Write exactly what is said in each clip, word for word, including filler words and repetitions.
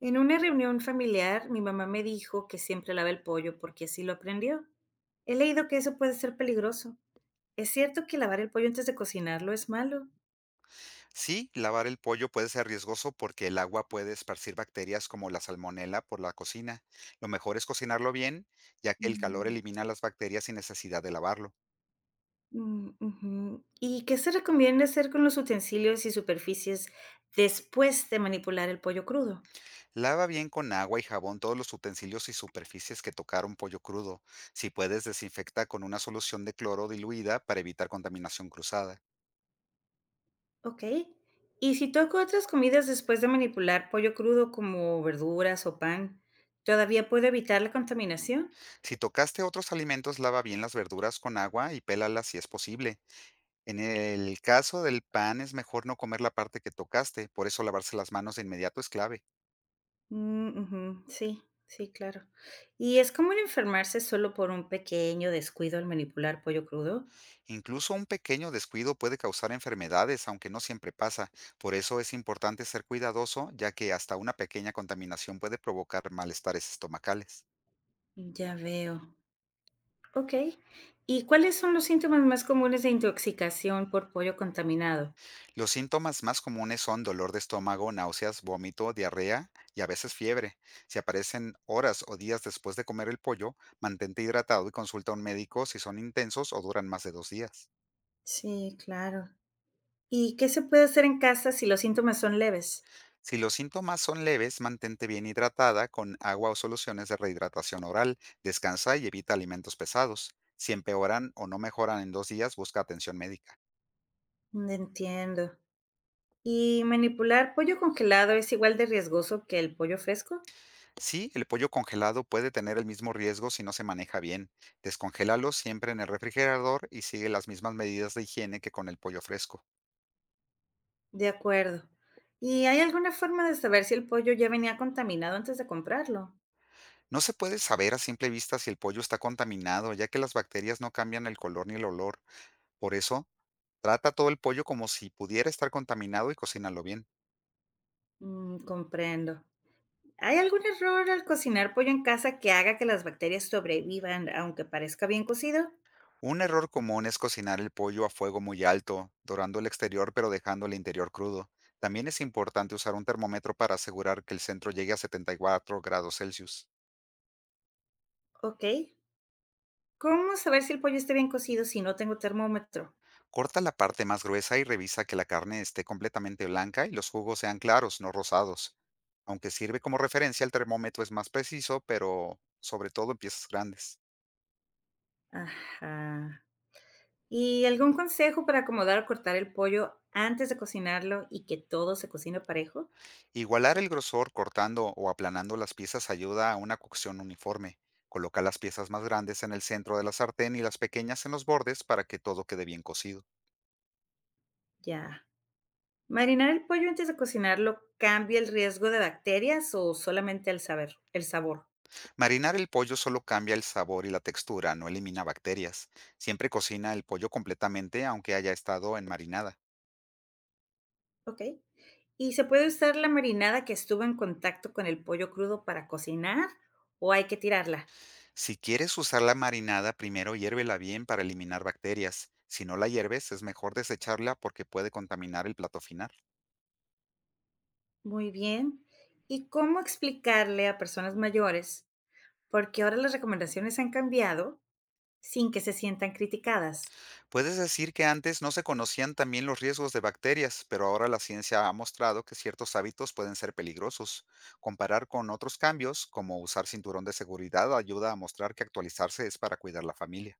En una reunión familiar, mi mamá me dijo que siempre lava el pollo porque así lo aprendió. He leído que eso puede ser peligroso. ¿Es cierto que lavar el pollo antes de cocinarlo es malo? Sí, lavar el pollo puede ser riesgoso porque el agua puede esparcir bacterias como la salmonela por la cocina. Lo mejor es cocinarlo bien, ya que el calor Mm, elimina las bacterias sin necesidad de lavarlo. mm, ujú. ¿Y qué se recomienda hacer con los utensilios y superficies después de manipular el pollo crudo? Lava bien con agua y jabón todos los utensilios y superficies que tocaron pollo crudo. Si puedes, desinfecta con una solución de cloro diluida para evitar contaminación cruzada. Ok. ¿Y si toco otras comidas después de manipular pollo crudo como verduras o pan, todavía puedo evitar la contaminación? Si tocaste otros alimentos, lava bien las verduras con agua y pélalas si es posible. En el caso del pan es mejor no comer la parte que tocaste, por eso lavarse las manos de inmediato es clave. Mm, ujú. Sí, sí, claro. ¿Y es común enfermarse solo por un pequeño descuido al manipular pollo crudo? Incluso un pequeño descuido puede causar enfermedades, aunque no siempre pasa. Por eso es importante ser cuidadoso, ya que hasta una pequeña contaminación puede provocar malestares estomacales. Ya veo. Ok. ¿Y cuáles son los síntomas más comunes de intoxicación por pollo contaminado? Los síntomas más comunes son dolor de estómago, náuseas, vómito, diarrea y a veces fiebre. Si aparecen horas o días después de comer el pollo, mantente hidratado y consulta a un médico si son intensos o duran más de dos días. Sí, claro. ¿Y qué se puede hacer en casa si los síntomas son leves? Si los síntomas son leves, mantente bien hidratada con agua o soluciones de rehidratación oral, descansa y evita alimentos pesados. Si empeoran o no mejoran en dos días, busca atención médica. Mm, Entiendo. ¿Y manipular pollo congelado es igual de riesgoso que el pollo fresco? Sí, el pollo congelado puede tener el mismo riesgo si no se maneja bien. Descongélalo siempre en el refrigerador y sigue las mismas medidas de higiene que con el pollo fresco. De acuerdo. ¿Y hay alguna forma de saber si el pollo ya venía contaminado antes de comprarlo? No se puede saber a simple vista si el pollo está contaminado, ya que las bacterias no cambian el color ni el olor. Por eso, trata todo el pollo como si pudiera estar contaminado y cocínalo bien. Mm, comprendo. ¿Hay algún error al cocinar pollo en casa que haga que las bacterias sobrevivan aunque parezca bien cocido? Un error común es cocinar el pollo a fuego muy alto, dorando el exterior pero dejando el interior crudo. También es importante usar un termómetro para asegurar que el centro llegue a setenta y cuatro grados Celsius. Ok. ¿Cómo saber si el pollo está bien cocido si no tengo termómetro? Corta la parte más gruesa y revisa que la carne esté completamente blanca y los jugos sean claros, no rosados. Aunque sirve como referencia, el termómetro es más preciso, pero sobre todo en piezas grandes. Ajá. ¿Y algún consejo para acomodar o cortar el pollo antes de cocinarlo y que todo se cocine parejo? Igualar el grosor cortando o aplanando las piezas ayuda a una cocción uniforme. Coloca las piezas más grandes en el centro de la sartén y las pequeñas en los bordes para que todo quede bien cocido. Ya. ¿Marinar el pollo antes de cocinarlo cambia el riesgo de bacterias o solamente el saber, el sabor? Marinar el pollo solo cambia el sabor y la textura, no elimina bacterias. Siempre cocina el pollo completamente aunque haya estado en marinada. Okey. ¿Y se puede usar la marinada que estuvo en contacto con el pollo crudo para cocinar o hay que tirarla? Si quieres usar la marinada, primero hiérvela bien para eliminar bacterias. Si no la hierves, es mejor desecharla porque puede contaminar el plato final. Muy bien. ¿Y cómo explicarle a personas mayores porque ahora las recomendaciones han cambiado sin que se sientan criticadas? Puedes decir que antes no se conocían también los riesgos de bacterias, pero ahora la ciencia ha mostrado que ciertos hábitos pueden ser peligrosos. Comparar con otros cambios, como usar cinturón de seguridad, ayuda a mostrar que actualizarse es para cuidar la familia.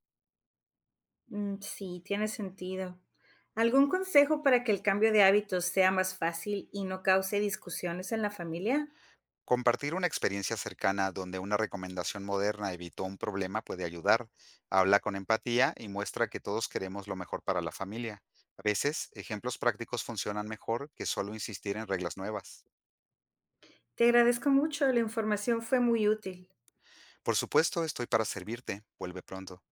Mm, sí, tiene sentido. ¿Algún consejo para que el cambio de hábitos sea más fácil y no cause discusiones en la familia? Compartir una experiencia cercana donde una recomendación moderna evitó un problema puede ayudar. Habla con empatía y muestra que todos queremos lo mejor para la familia. A veces, ejemplos prácticos funcionan mejor que solo insistir en reglas nuevas. Te agradezco mucho, la información fue muy útil. Por supuesto, estoy para servirte. Vuelve pronto.